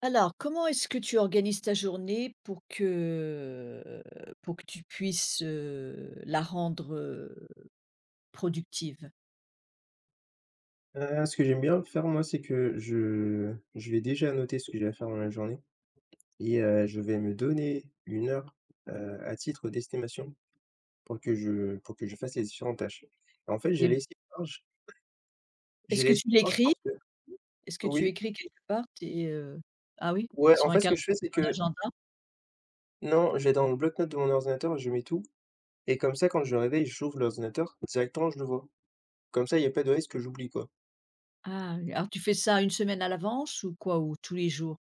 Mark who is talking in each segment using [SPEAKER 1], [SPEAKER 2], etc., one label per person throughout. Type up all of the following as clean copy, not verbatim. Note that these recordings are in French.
[SPEAKER 1] Alors, comment est-ce que tu organises ta journée pour que tu puisses, la rendre, productive?
[SPEAKER 2] Ce que j'aime bien faire moi, c'est que je vais déjà noter ce que j'ai à faire dans la journée et je vais me donner une heure, à titre d'estimation pour que je fasse les différentes tâches. En fait,
[SPEAKER 1] Et
[SPEAKER 2] large j'ai
[SPEAKER 1] est-ce que
[SPEAKER 2] laissé
[SPEAKER 1] tu
[SPEAKER 2] large
[SPEAKER 1] l'écris?
[SPEAKER 2] parce que.
[SPEAKER 1] Est-ce que tu
[SPEAKER 2] Oui.
[SPEAKER 1] écris quelque part tes, ah oui?
[SPEAKER 2] Ouais, en
[SPEAKER 1] Sur un
[SPEAKER 2] fait, ce que je
[SPEAKER 1] calendrier,
[SPEAKER 2] fais, c'est
[SPEAKER 1] sur
[SPEAKER 2] que.
[SPEAKER 1] un agenda?
[SPEAKER 2] Non, j'ai dans le bloc-notes de mon ordinateur, je mets tout, et comme ça, quand je me réveille, j'ouvre l'ordinateur, directement, je le vois. Comme ça, il y a pas de risque que j'oublie, quoi.
[SPEAKER 1] Ah, alors tu fais ça une semaine à l'avance ou quoi? Ou tous les jours?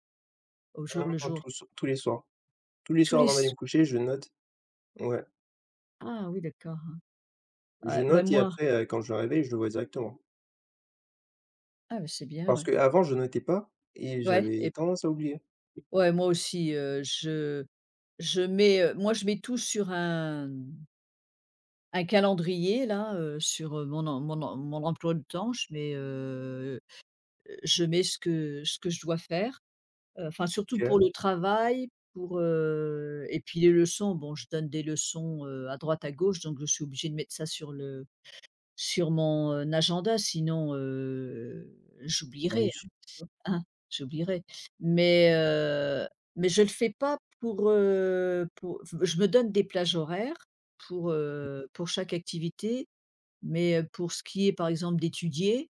[SPEAKER 1] Au
[SPEAKER 2] Ah
[SPEAKER 1] jour le
[SPEAKER 2] non,
[SPEAKER 1] jour?
[SPEAKER 2] tous les soirs. Tous les
[SPEAKER 1] Tous
[SPEAKER 2] soirs
[SPEAKER 1] les
[SPEAKER 2] avant d'aller
[SPEAKER 1] s
[SPEAKER 2] me coucher, je note, ouais,
[SPEAKER 1] Ah oui, d'accord,
[SPEAKER 2] je
[SPEAKER 1] ouais. Bah
[SPEAKER 2] note, et
[SPEAKER 1] moi
[SPEAKER 2] après, quand je me réveille, je le vois directement.
[SPEAKER 1] Ah bah, c'est bien,
[SPEAKER 2] Parce
[SPEAKER 1] ouais.
[SPEAKER 2] qu'avant, je notais pas et
[SPEAKER 1] Ouais,
[SPEAKER 2] j'avais
[SPEAKER 1] et
[SPEAKER 2] tendance à oublier.
[SPEAKER 1] ouais, moi aussi, je mets, moi je mets tout sur un calendrier là, sur, mon emploi du temps. Je mets, ce que je dois faire, enfin surtout pour
[SPEAKER 2] OK.
[SPEAKER 1] le travail, pour, et puis les leçons, bon je donne des leçons, à droite à gauche donc je suis obligée de mettre ça sur mon, agenda sinon,
[SPEAKER 2] avoir
[SPEAKER 1] j'oublierais,
[SPEAKER 2] une chi
[SPEAKER 1] hein, hein, j'oublierais. Mais, mais je ne le fais pas pour, pour je me donne des plages horaires pour chaque activité, mais, pour ce qui est par exemple d'étudier,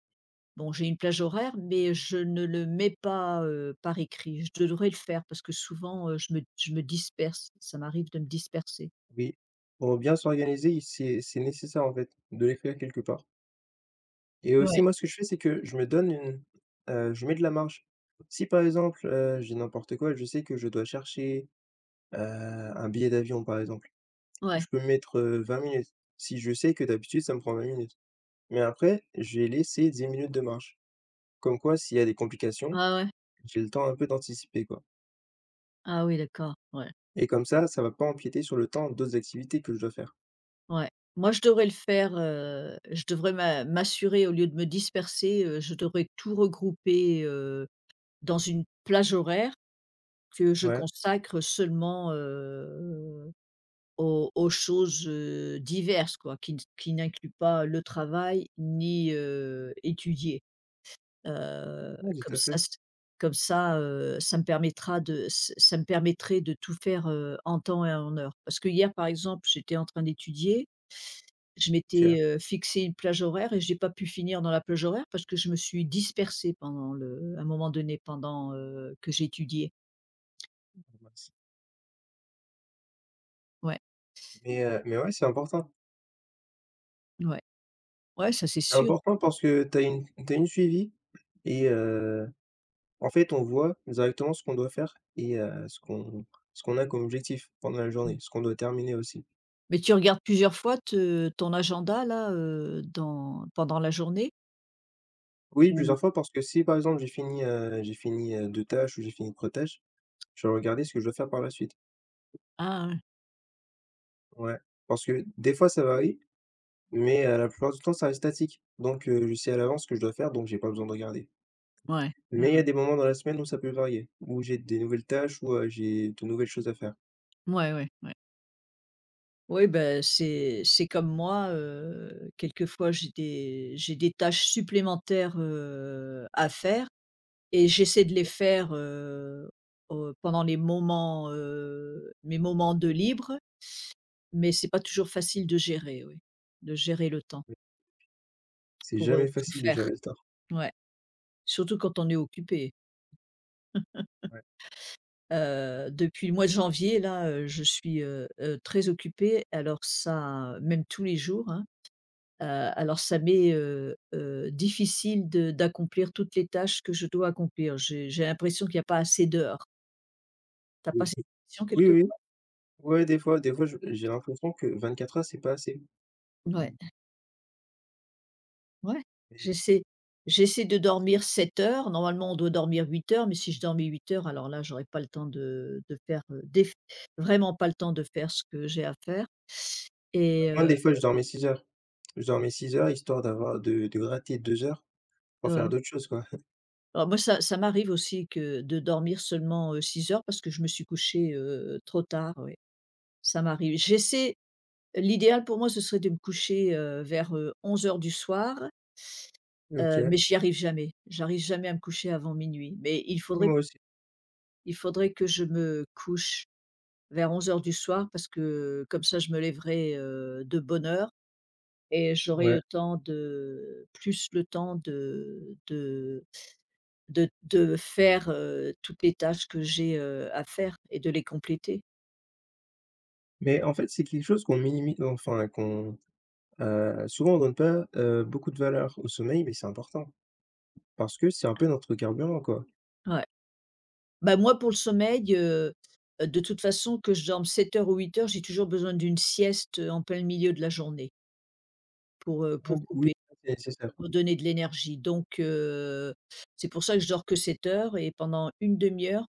[SPEAKER 1] bon j'ai une plage horaire, mais je ne le mets pas, par écrit. Je devrais le faire parce que souvent, je me disperse, ça m'arrive de me disperser.
[SPEAKER 2] oui. Pour bien s'organiser, il c'est nécessaire, en fait, de l'écrire quelque part. Et aussi,
[SPEAKER 1] Ouais.
[SPEAKER 2] moi, ce que je fais, c'est que je me donne une je mets de la marge. Si, par exemple, je n'importe quoi, je sais que je dois chercher, un billet d'avion, par exemple.
[SPEAKER 1] Ouais,
[SPEAKER 2] Je peux mettre, 20 minutes. Si je sais que d'habitude ça me prend 20 minutes. Mais après, je vais laisser 10 minutes de marche. Comme quoi s'il y a des complications,
[SPEAKER 1] ah ouais.
[SPEAKER 2] j'ai le temps un peu d'anticiper quoi.
[SPEAKER 1] Ah oui, d'accord, ouais.
[SPEAKER 2] Et comme ça va pas empiéter sur le temps d'autres activités que je dois faire.
[SPEAKER 1] Ouais. Moi, je devrais le faire, je devrais m'assurer au lieu de me disperser, je devrais tout regrouper, dans une plage horaire que je
[SPEAKER 2] Ouais,
[SPEAKER 1] consacre seulement, aux choses, diverses quoi, qui n'incluent pas le travail ni, étudier. Heu,
[SPEAKER 2] ouais, tout
[SPEAKER 1] comme
[SPEAKER 2] à fait.
[SPEAKER 1] ça c Comme ça, ça me permettra de ç ça me permettrait de tout faire, en temps et en heure. Parce que hier, par exemple, j'étais en train d'étudier, je
[SPEAKER 2] OK.
[SPEAKER 1] m'étais, fixé une plage horaire et j'ai pas pu finir dans la plage horaire parce que je me suis dispersée pendant le à un moment donné pendant, que j'étudiais.
[SPEAKER 2] Mince.
[SPEAKER 1] Ouais,
[SPEAKER 2] Mais ouais, c'est important.
[SPEAKER 1] ouais. Ouais, ça c'est
[SPEAKER 2] C'est
[SPEAKER 1] sûr.
[SPEAKER 2] important parce que tu as une t'as une suivi, et en fait on voit directement ce qu'on doit faire, et ce qu'on a comme objectif pendant la journée, ce qu'on doit terminer aussi.
[SPEAKER 1] Mais tu regardes plusieurs fois te ton agenda là, dans pendant la journée
[SPEAKER 2] Oui,
[SPEAKER 1] ou
[SPEAKER 2] plusieurs fois parce que si par exemple j'ai fini 2 tâches ou j'ai fini 3 tâches, je vais regarder ce que je dois faire par la suite.
[SPEAKER 1] ah ouais.
[SPEAKER 2] Ouais, parce que des fois ça varie, mais la plupart du temps ça reste statique. Donc je sais à l'avance ce que je dois faire, donc j'ai pas besoin de regarder.
[SPEAKER 1] Ouais, ouais,
[SPEAKER 2] Mais il y
[SPEAKER 1] ouais.
[SPEAKER 2] a des moments dans la semaine où ça peut varier, où j'ai des nouvelles tâches, où, j'ai de nouvelles choses à faire.
[SPEAKER 1] Ouais, ouais, ouais. Oui, ben c'est comme moi, quelquefois j'ai des tâches supplémentaires, à faire. Et j'essaie de les faire, pendant les moments, mes moments de libre, mais c'est pas toujours facile de gérer, oui, de gérer le temps
[SPEAKER 2] Ouais. C'est
[SPEAKER 1] pour,
[SPEAKER 2] jamais
[SPEAKER 1] tout
[SPEAKER 2] facile de gérer
[SPEAKER 1] faire.
[SPEAKER 2] le temps.
[SPEAKER 1] Ouais, surtout quand on est occupé.
[SPEAKER 2] Ouais.
[SPEAKER 1] Depuis le mois de janvier là, je suis, très occupée alors ça même tous les jours, hein, heu, alors ça m'est, difficile de d'accomplir toutes les tâches que je dois accomplir. J'ai l'impression qu'il y a pas assez d'heures. T'as
[SPEAKER 2] Oui.
[SPEAKER 1] pas cette impression
[SPEAKER 2] Oui, oui.
[SPEAKER 1] quelquefois?
[SPEAKER 2] Ouais, des fois je j'ai l'impression que 24 heures c'est pas assez.
[SPEAKER 1] Ouais. Ouais,
[SPEAKER 2] Mais bon,
[SPEAKER 1] j'essaie j'essaie de dormir 7 heures. Normalement, on doit dormir 8 heures, mais si je dormais 8 heures, alors là, j'aurais pas le temps de faire, des vraiment pas le temps de faire ce que j'ai à faire et
[SPEAKER 2] moins
[SPEAKER 1] heu,
[SPEAKER 2] des fois je dormais 6 heures. Je dormais 6 heures histoire d'avoir de gratter 2 heures pour faire
[SPEAKER 1] ouais.
[SPEAKER 2] d'autres choses, quoi.
[SPEAKER 1] Alors moi, ça m'arrive aussi que de dormir seulement, 6 heures parce que je me suis couchée, trop tard, oui. Ça m'arrive. J'essaie L'idéal pour moi, ce serait de me coucher, vers, 23 heures du soir,
[SPEAKER 2] OK.
[SPEAKER 1] mais j'y arrive jamais. J'arrive jamais à me coucher avant minuit, mais il
[SPEAKER 2] Ah,
[SPEAKER 1] faudrait
[SPEAKER 2] moi aussi.
[SPEAKER 1] il faudrait que je me couche vers 23 heures du soir parce que comme ça je me lèverai, de bonne heure et j'aurai
[SPEAKER 2] Ouais.
[SPEAKER 1] le temps de plus le temps de faire, toutes les tâches que j'ai, à faire et de les compléter.
[SPEAKER 2] Mais en fait, c'est quelque chose qu'on minimise, enfin qu'on, souvent on donne pas, beaucoup de valeur au sommeil, mais c'est important parce que c'est un peu notre carburant, quoi.
[SPEAKER 1] Ouais. Bah, moi pour le sommeil, de toute façon que je dorme 7 heures ou 8 heures, j'ai toujours besoin d'une sieste, en plein milieu de la journée pour
[SPEAKER 2] Hem, oui,
[SPEAKER 1] couper.
[SPEAKER 2] c'est nécessaire.
[SPEAKER 1] Redonner de l'énergie donc c'est pour ça que je dors que 7 heures et pendant une demi heure,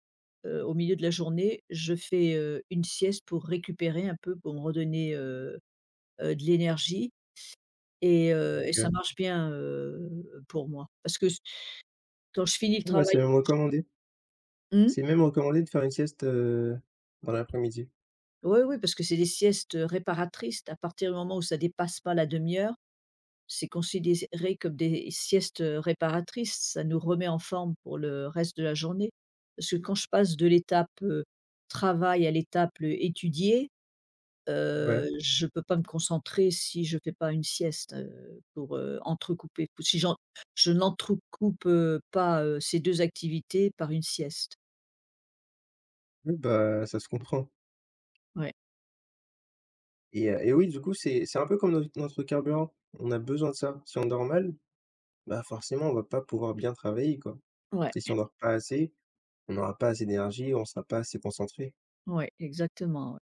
[SPEAKER 1] au milieu de la journée, je fais, une sieste pour récupérer un peu, pour me redonner, de l'énergie et
[SPEAKER 2] OK.
[SPEAKER 1] ça marche bien, pour moi. Parce que s Quand je finis le
[SPEAKER 2] Ouais,
[SPEAKER 1] travail.
[SPEAKER 2] c'est même recommandé.
[SPEAKER 1] Mmh?
[SPEAKER 2] C'est même recommandé de faire une sieste, dans l'après-midi.
[SPEAKER 1] Oui, oui, parce que c'est des siestes, réparatrices. À partir du moment où ça dépasse pas la demi heure, c'est considéré comme des siestes, réparatrices, ça nous remet en forme pour le reste de la journée. Parce que quand je passe de l'étape, travail à l'étape, étudier,
[SPEAKER 2] Ouais.
[SPEAKER 1] je peux pas me concentrer si je fais pas une sieste, pour, entrecouper si j'en je n'entrecoupe, pas, ces 2 activités par une sieste.
[SPEAKER 2] Oui, bah, ça se comprend,
[SPEAKER 1] Ouais,
[SPEAKER 2] et oui, du coup, c'est un peu comme notre carburant. On a besoin de ça. Si on dort mal, bah, forcément, on va pas pouvoir bien travailler, quoi.
[SPEAKER 1] ouais,
[SPEAKER 2] Et si on dort pas assez, on n'aura pas assez d'énergie, on sera pas assez concentré.
[SPEAKER 1] ouais, exactement, ouais.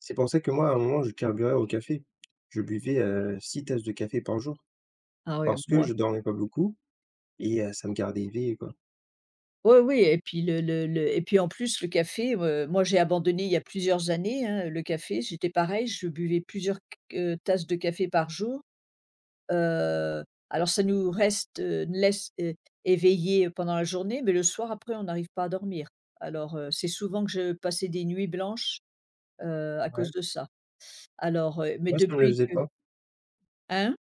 [SPEAKER 2] C'est pour ça que moi, à un moment, je carburais au café. Je buvais, 6 tasses de café par jour
[SPEAKER 1] Ah ouais,
[SPEAKER 2] parce que
[SPEAKER 1] moi.
[SPEAKER 2] je dormais pas beaucoup et ça me gardait éveillé, quoi.
[SPEAKER 1] Oui, oui, et puis le et puis en plus le café, moi j'ai abandonné il y a plusieurs années, hein, le café. J'étais pareil, je buvais plusieurs c tasses de café par jour. Heu, alors ça laisse é éveillés pendant la journée, mais le soir après on n'arrive pas à dormir. Alors, c'est souvent que je passais des nuits blanches, à
[SPEAKER 2] Ouais.
[SPEAKER 1] cause de ça. Alors, mais
[SPEAKER 2] Moi, ça me le
[SPEAKER 1] depuis
[SPEAKER 2] faisait
[SPEAKER 1] que.
[SPEAKER 2] pas.
[SPEAKER 1] Hein?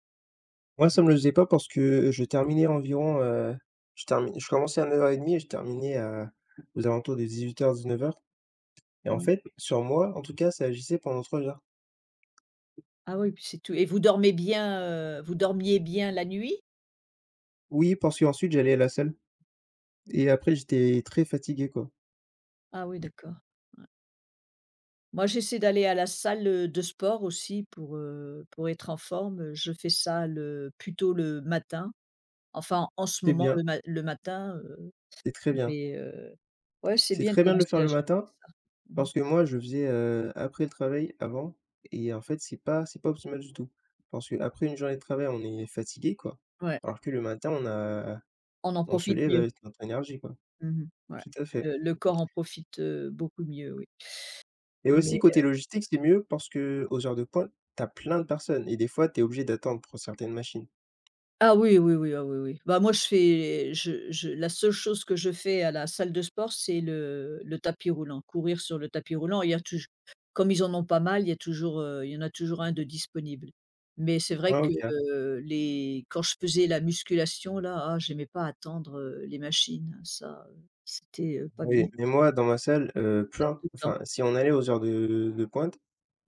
[SPEAKER 2] Moi, ça me le faisait pas parce que je terminais environ, je commençais à 9:30 et je terminais à aux alentours de 9 heures. Et en
[SPEAKER 1] Ouais.
[SPEAKER 2] fait, sur moi, en tout cas, ça agissait pendant 3 heures.
[SPEAKER 1] Ah oui, puis c'est tout et vous dormez bien, vous dormiez bien la nuit?
[SPEAKER 2] Oui, parce qu'ensuite, j'allais à la salle. Et après, j'étais très fatigué, quoi.
[SPEAKER 1] Ah oui, d'accord. Moi, j'essaie d'aller à la salle, de sport aussi pour être en forme, je fais ça le plutôt le matin, enfin, en ce
[SPEAKER 2] C'est
[SPEAKER 1] moment
[SPEAKER 2] bien,
[SPEAKER 1] le matin,
[SPEAKER 2] c'est très bien.
[SPEAKER 1] mais ouais, c'est
[SPEAKER 2] C'est
[SPEAKER 1] bien de
[SPEAKER 2] très bien de le
[SPEAKER 1] commencer
[SPEAKER 2] faire
[SPEAKER 1] la
[SPEAKER 2] le
[SPEAKER 1] journée
[SPEAKER 2] matin
[SPEAKER 1] avec ça. Mmh.
[SPEAKER 2] parce que moi, je faisais, après le travail, avant, et en fait, c'est pas optimal du tout. Parce qu'après une journée de travail, on est fatigué, quoi.
[SPEAKER 1] Ouais,
[SPEAKER 2] Alors que le matin,
[SPEAKER 1] on en
[SPEAKER 2] on se
[SPEAKER 1] profite
[SPEAKER 2] lève
[SPEAKER 1] mieux.
[SPEAKER 2] avec notre énergie, quoi.
[SPEAKER 1] Mmh, ouais.
[SPEAKER 2] Tout à fait.
[SPEAKER 1] Le corps en profite, beaucoup mieux, oui.
[SPEAKER 2] Et aussi,
[SPEAKER 1] Mais
[SPEAKER 2] côté logistique, c'est mieux parce que aux heures de pointe, tu as plein de personnes et des fois, tu es obligé d'attendre pour certaines machines.
[SPEAKER 1] Ah oui, oui, oui, ah oui, oui. Bah, moi, je fais je la seule chose que je fais à la salle de sport, c'est le tapis roulant, courir sur le tapis roulant. Il y a toujours Comme ils en ont pas mal, il y en a toujours un de disponible. Mais c'est vrai
[SPEAKER 2] Ah
[SPEAKER 1] que,
[SPEAKER 2] OK.
[SPEAKER 1] les quand je faisais la musculation là, ah, j'aimais pas attendre, les machines, ça, c'était, pas
[SPEAKER 2] Oui,
[SPEAKER 1] bien,
[SPEAKER 2] mais moi dans ma salle,
[SPEAKER 1] perte
[SPEAKER 2] plein
[SPEAKER 1] de temps.
[SPEAKER 2] enfin, si on allait aux heures de pointe,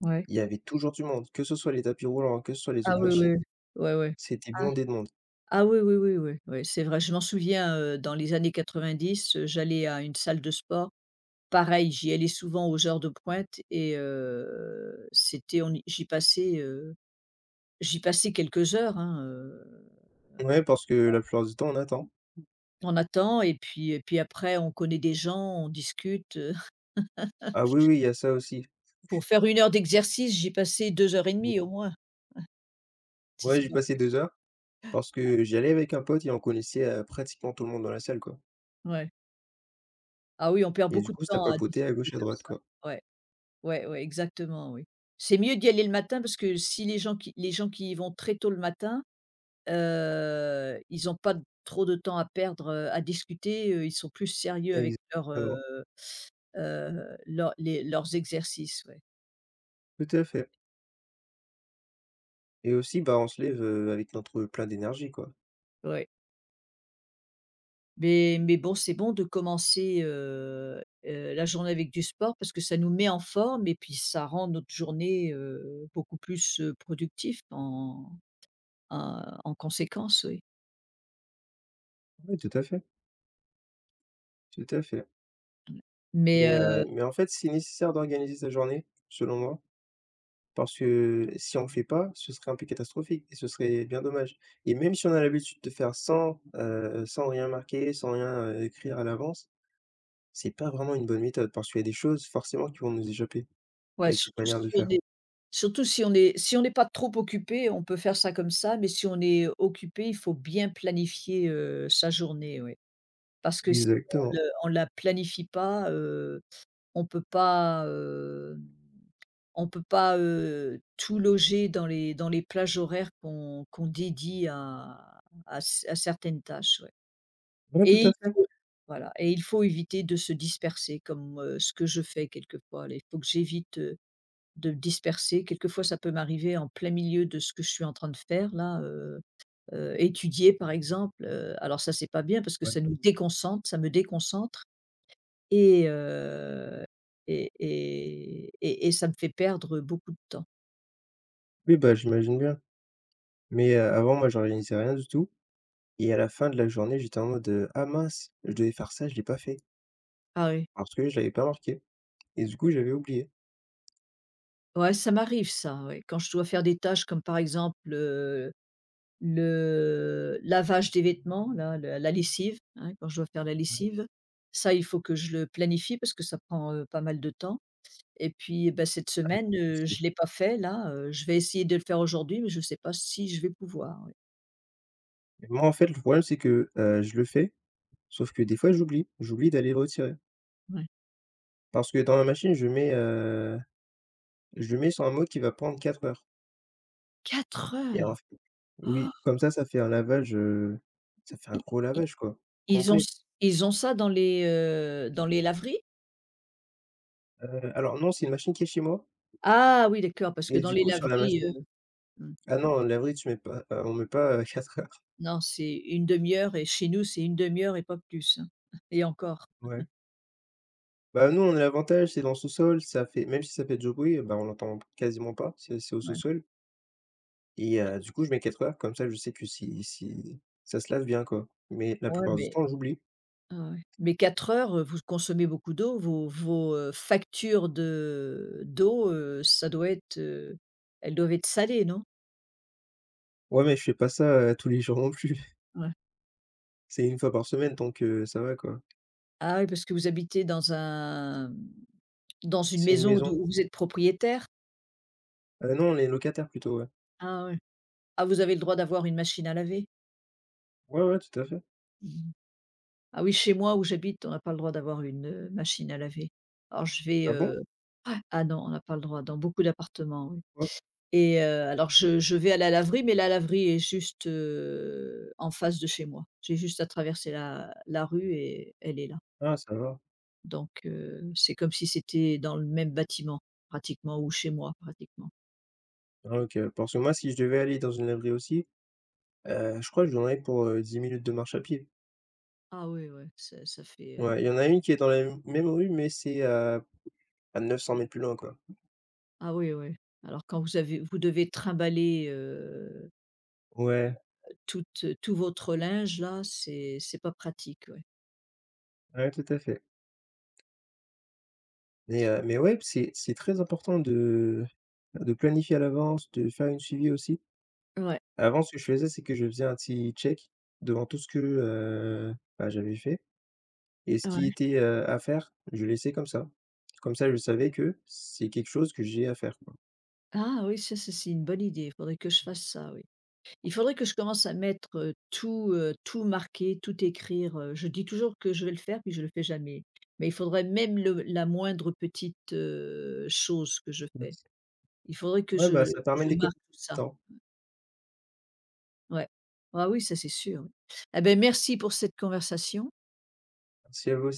[SPEAKER 1] Ouais.
[SPEAKER 2] il y avait toujours du monde, que ce soit les tapis roulants, que ce soit les
[SPEAKER 1] Ah
[SPEAKER 2] autres
[SPEAKER 1] oui, oui,
[SPEAKER 2] machines.
[SPEAKER 1] ouais, ouais.
[SPEAKER 2] C'était
[SPEAKER 1] Ah,
[SPEAKER 2] bondé de monde.
[SPEAKER 1] ah oui, oui, oui, oui, oui, c'est vrai. Je m'en souviens, dans les années 90, j'allais à une salle de sport. Pareil, j'y allais souvent aux heures de pointe et c'était on y j'y passais, quelques heures, hein,
[SPEAKER 2] Ouais, parce que la plupart du temps, on attend.
[SPEAKER 1] on attend et puis après on connaît des gens, on discute,
[SPEAKER 2] Ah oui, oui, il y a ça aussi.
[SPEAKER 1] Pour faire une heure d'exercice, j'y passais 2 heures et demie au moins, si
[SPEAKER 2] Ouais,
[SPEAKER 1] c'est
[SPEAKER 2] j'ai
[SPEAKER 1] pas
[SPEAKER 2] passé
[SPEAKER 1] plus.
[SPEAKER 2] 2 heures parce que j'y allais avec un pote et on connaissait, pratiquement tout le monde dans la salle, quoi.
[SPEAKER 1] Ouais. Ah oui, on perd
[SPEAKER 2] Et du
[SPEAKER 1] beaucoup de
[SPEAKER 2] coup, ça
[SPEAKER 1] temps à
[SPEAKER 2] papotait à
[SPEAKER 1] discuter
[SPEAKER 2] gauche, à
[SPEAKER 1] comme
[SPEAKER 2] droite,
[SPEAKER 1] ça.
[SPEAKER 2] quoi.
[SPEAKER 1] Ouais, ouais, ouais, exactement, oui. C'est mieux d'y aller le matin parce que si les gens qui y vont très tôt le matin. Ils n'ont pas de- trop de temps à perdre, à discuter, ils sont plus sérieux avec
[SPEAKER 2] Exactement,
[SPEAKER 1] leurs exercices, ouais.
[SPEAKER 2] tout à fait. Et aussi, bah, on se lève, avec notre plein d'énergie, quoi.
[SPEAKER 1] Ouais. Mais bon, c'est bon de commencer, la journée avec du sport parce que ça nous met en forme et puis ça rend notre journée, beaucoup plus, productive en en conséquence, oui.
[SPEAKER 2] Oui, tout à fait, tout à fait. Mais
[SPEAKER 1] Mais
[SPEAKER 2] heu, mais en fait, c'est nécessaire d'organiser sa journée, selon moi. Parce que si on ne fait pas, ce serait un peu catastrophique et ce serait bien dommage. Et même si on a l'habitude de faire sans, sans rien marquer, sans rien, écrire à l'avance, c'est pas vraiment une bonne méthode parce qu'il y a des choses forcément qui vont nous échapper
[SPEAKER 1] Ouais,
[SPEAKER 2] avec cette
[SPEAKER 1] surtout
[SPEAKER 2] manière
[SPEAKER 1] si
[SPEAKER 2] de
[SPEAKER 1] on
[SPEAKER 2] faire.
[SPEAKER 1] est surtout si on est si on n'est pas trop occupé, on peut faire ça comme ça, mais si on est occupé, il faut bien planifier, sa journée, oui. Parce que si
[SPEAKER 2] Exactement.
[SPEAKER 1] on la planifie pas, on peut pas, heu, on peut pas, tout loger dans les plages horaires qu'on dédie à certaines tâches, ouais.
[SPEAKER 2] Ouais, tout
[SPEAKER 1] Et
[SPEAKER 2] à
[SPEAKER 1] il
[SPEAKER 2] fait.
[SPEAKER 1] faut Voilà, et il faut éviter de se disperser comme, ce que je fais quelquefois, là. Il faut que j'évite de me disperser. Quelquefois, ça peut m'arriver en plein milieu de ce que je suis en train de faire là, étudier par exemple, alors ça, c'est pas bien parce que
[SPEAKER 2] Ouais.
[SPEAKER 1] ça nous déconcentre, ça me déconcentre et heu et ça me fait perdre beaucoup de temps.
[SPEAKER 2] Oui, bah, j'imagine bien. Mais, avant moi j'organisais rien du tout et à la fin de la journée, j'étais en mode, «Ah mince, je devais faire ça, je l'ai pas fait
[SPEAKER 1] Ah oui.
[SPEAKER 2] parce que je l'avais pas marqué», et du coup, j'avais oublié.
[SPEAKER 1] Ouais, ça m'arrive ça, ouais. Quand je dois faire des tâches comme par exemple, le lavage des vêtements là, la lessive, hein, quand je dois faire la
[SPEAKER 2] Ouais,
[SPEAKER 1] lessive, ça, il faut que je le planifie parce que ça prend, pas mal de temps. Et puis, bah, cette semaine,
[SPEAKER 2] aussi.
[SPEAKER 1] je l'ai pas fait là, je vais essayer de le faire aujourd'hui, mais je sais pas si je vais pouvoir, ouais.
[SPEAKER 2] Et moi, en fait, le problème, c'est que, je le fais. Sauf que des fois, j'oublie. J'oublie d'aller le retirer.
[SPEAKER 1] Ouais.
[SPEAKER 2] Parce que dans la machine, je le mets sur un mot qui va prendre 4 heures,
[SPEAKER 1] 4
[SPEAKER 2] et en
[SPEAKER 1] heures!
[SPEAKER 2] f
[SPEAKER 1] Oh,
[SPEAKER 2] oui, comme ça, ça fait un
[SPEAKER 1] I
[SPEAKER 2] gros
[SPEAKER 1] i
[SPEAKER 2] lavage, quoi,
[SPEAKER 1] ils ont
[SPEAKER 2] complet.
[SPEAKER 1] ç ils ont ça dans les laveries?
[SPEAKER 2] Alors non, c'est une machine qui est chez moi,
[SPEAKER 1] Ah oui, d'accord, parce que
[SPEAKER 2] et
[SPEAKER 1] dans
[SPEAKER 2] du
[SPEAKER 1] les
[SPEAKER 2] coup, sur la
[SPEAKER 1] laveries,
[SPEAKER 2] machine.
[SPEAKER 1] mmh,
[SPEAKER 2] Ah non, la vraie, tu mets pas, on met pas, 4 heures.
[SPEAKER 1] non, c'est une demi heure et chez nous, c'est une demi heure et pas plus, hein, et encore.
[SPEAKER 2] Ouais. Bah, nous, on a l'avantage, c'est dans le sous-sol, ça fait même si ça fait du bruit, bah, on l'entend quasiment pas, c'est au
[SPEAKER 1] Ouais.
[SPEAKER 2] sous-sol, et du coup, je mets 4 heures, comme ça, je sais que si ça se lave bien, quoi. Mais la
[SPEAKER 1] Ouais,
[SPEAKER 2] plupart du
[SPEAKER 1] mais,
[SPEAKER 2] temps, j'oublie.
[SPEAKER 1] ouais, ouais. Mais 4 heures, vous consommez beaucoup d'eau, vos, factures de d'eau, ça doit être, elles doivent être salées, non?
[SPEAKER 2] Ouais, mais je fais pas ça, tous les jours non plus.
[SPEAKER 1] Ouais.
[SPEAKER 2] C'est une fois par semaine donc ça va quoi.
[SPEAKER 1] Ah oui, parce que vous habitez dans une
[SPEAKER 2] C'est une
[SPEAKER 1] maison
[SPEAKER 2] maison.
[SPEAKER 1] d'où vous êtes propriétaire?
[SPEAKER 2] Non, on est locataire plutôt, ouais.
[SPEAKER 1] Ah oui. Ah, vous avez le droit d'avoir une machine à laver?
[SPEAKER 2] Ouais, ouais, tout à fait.
[SPEAKER 1] Mmh. Ah oui, chez moi où j'habite, on n'a pas le droit d'avoir une, machine à laver. Alors je vais,
[SPEAKER 2] Ah bon?
[SPEAKER 1] heu ah non, on n'a pas le droit dans beaucoup d'appartements, oui,
[SPEAKER 2] Ouais.
[SPEAKER 1] alors je vais à la laverie, mais la laverie est juste, en face de chez moi. J'ai juste à traverser la rue et elle est là.
[SPEAKER 2] Ah ça va.
[SPEAKER 1] Donc c'est comme si c'était dans le même bâtiment pratiquement ou chez moi pratiquement.
[SPEAKER 2] Ah OK. Parce que moi si je devais aller dans une laverie aussi, je crois que j'en ai pour, 10 minutes de marche à pied.
[SPEAKER 1] Ah oui, ouais, ça fait,
[SPEAKER 2] Ouais, il y en a une qui est dans la m même rue mais c'est à 900 mètres plus loin quoi.
[SPEAKER 1] ah oui, oui. Alors quand vous avez vous devez trimballer,
[SPEAKER 2] Ouais,
[SPEAKER 1] tout votre linge là, c'est pas pratique, ouais.
[SPEAKER 2] ouais, tout à fait. Mais ouais, c'est très important de planifier à l'avance, de faire une suivi aussi.
[SPEAKER 1] Ouais,
[SPEAKER 2] Avant, ce que je faisais, c'est que je faisais un petit check devant tout ce que, bah, j'avais fait, et ce qui
[SPEAKER 1] ouais.
[SPEAKER 2] était, à faire, je laissais comme ça. Comme ça, je savais que c'est quelque chose que j'ai à faire, quoi.
[SPEAKER 1] Ah oui, ça c'est une bonne idée. Il faudrait que je fasse ça, oui. Il faudrait que je commence à mettre, tout, tout marquer, tout écrire, je dis toujours que je vais le faire, puis je le fais jamais. Mais il faudrait même le la moindre petite, chose que je
[SPEAKER 2] Mmh.
[SPEAKER 1] fais. Il faudrait que
[SPEAKER 2] Ouais, bah,
[SPEAKER 1] je que
[SPEAKER 2] ça permet
[SPEAKER 1] je marque
[SPEAKER 2] d'économiser
[SPEAKER 1] tout
[SPEAKER 2] du
[SPEAKER 1] ça.
[SPEAKER 2] temps.
[SPEAKER 1] Ouais. Ah oui, ça c'est sûr, oui. Eh ben, merci pour cette conversation.
[SPEAKER 2] Merci à vous aussi.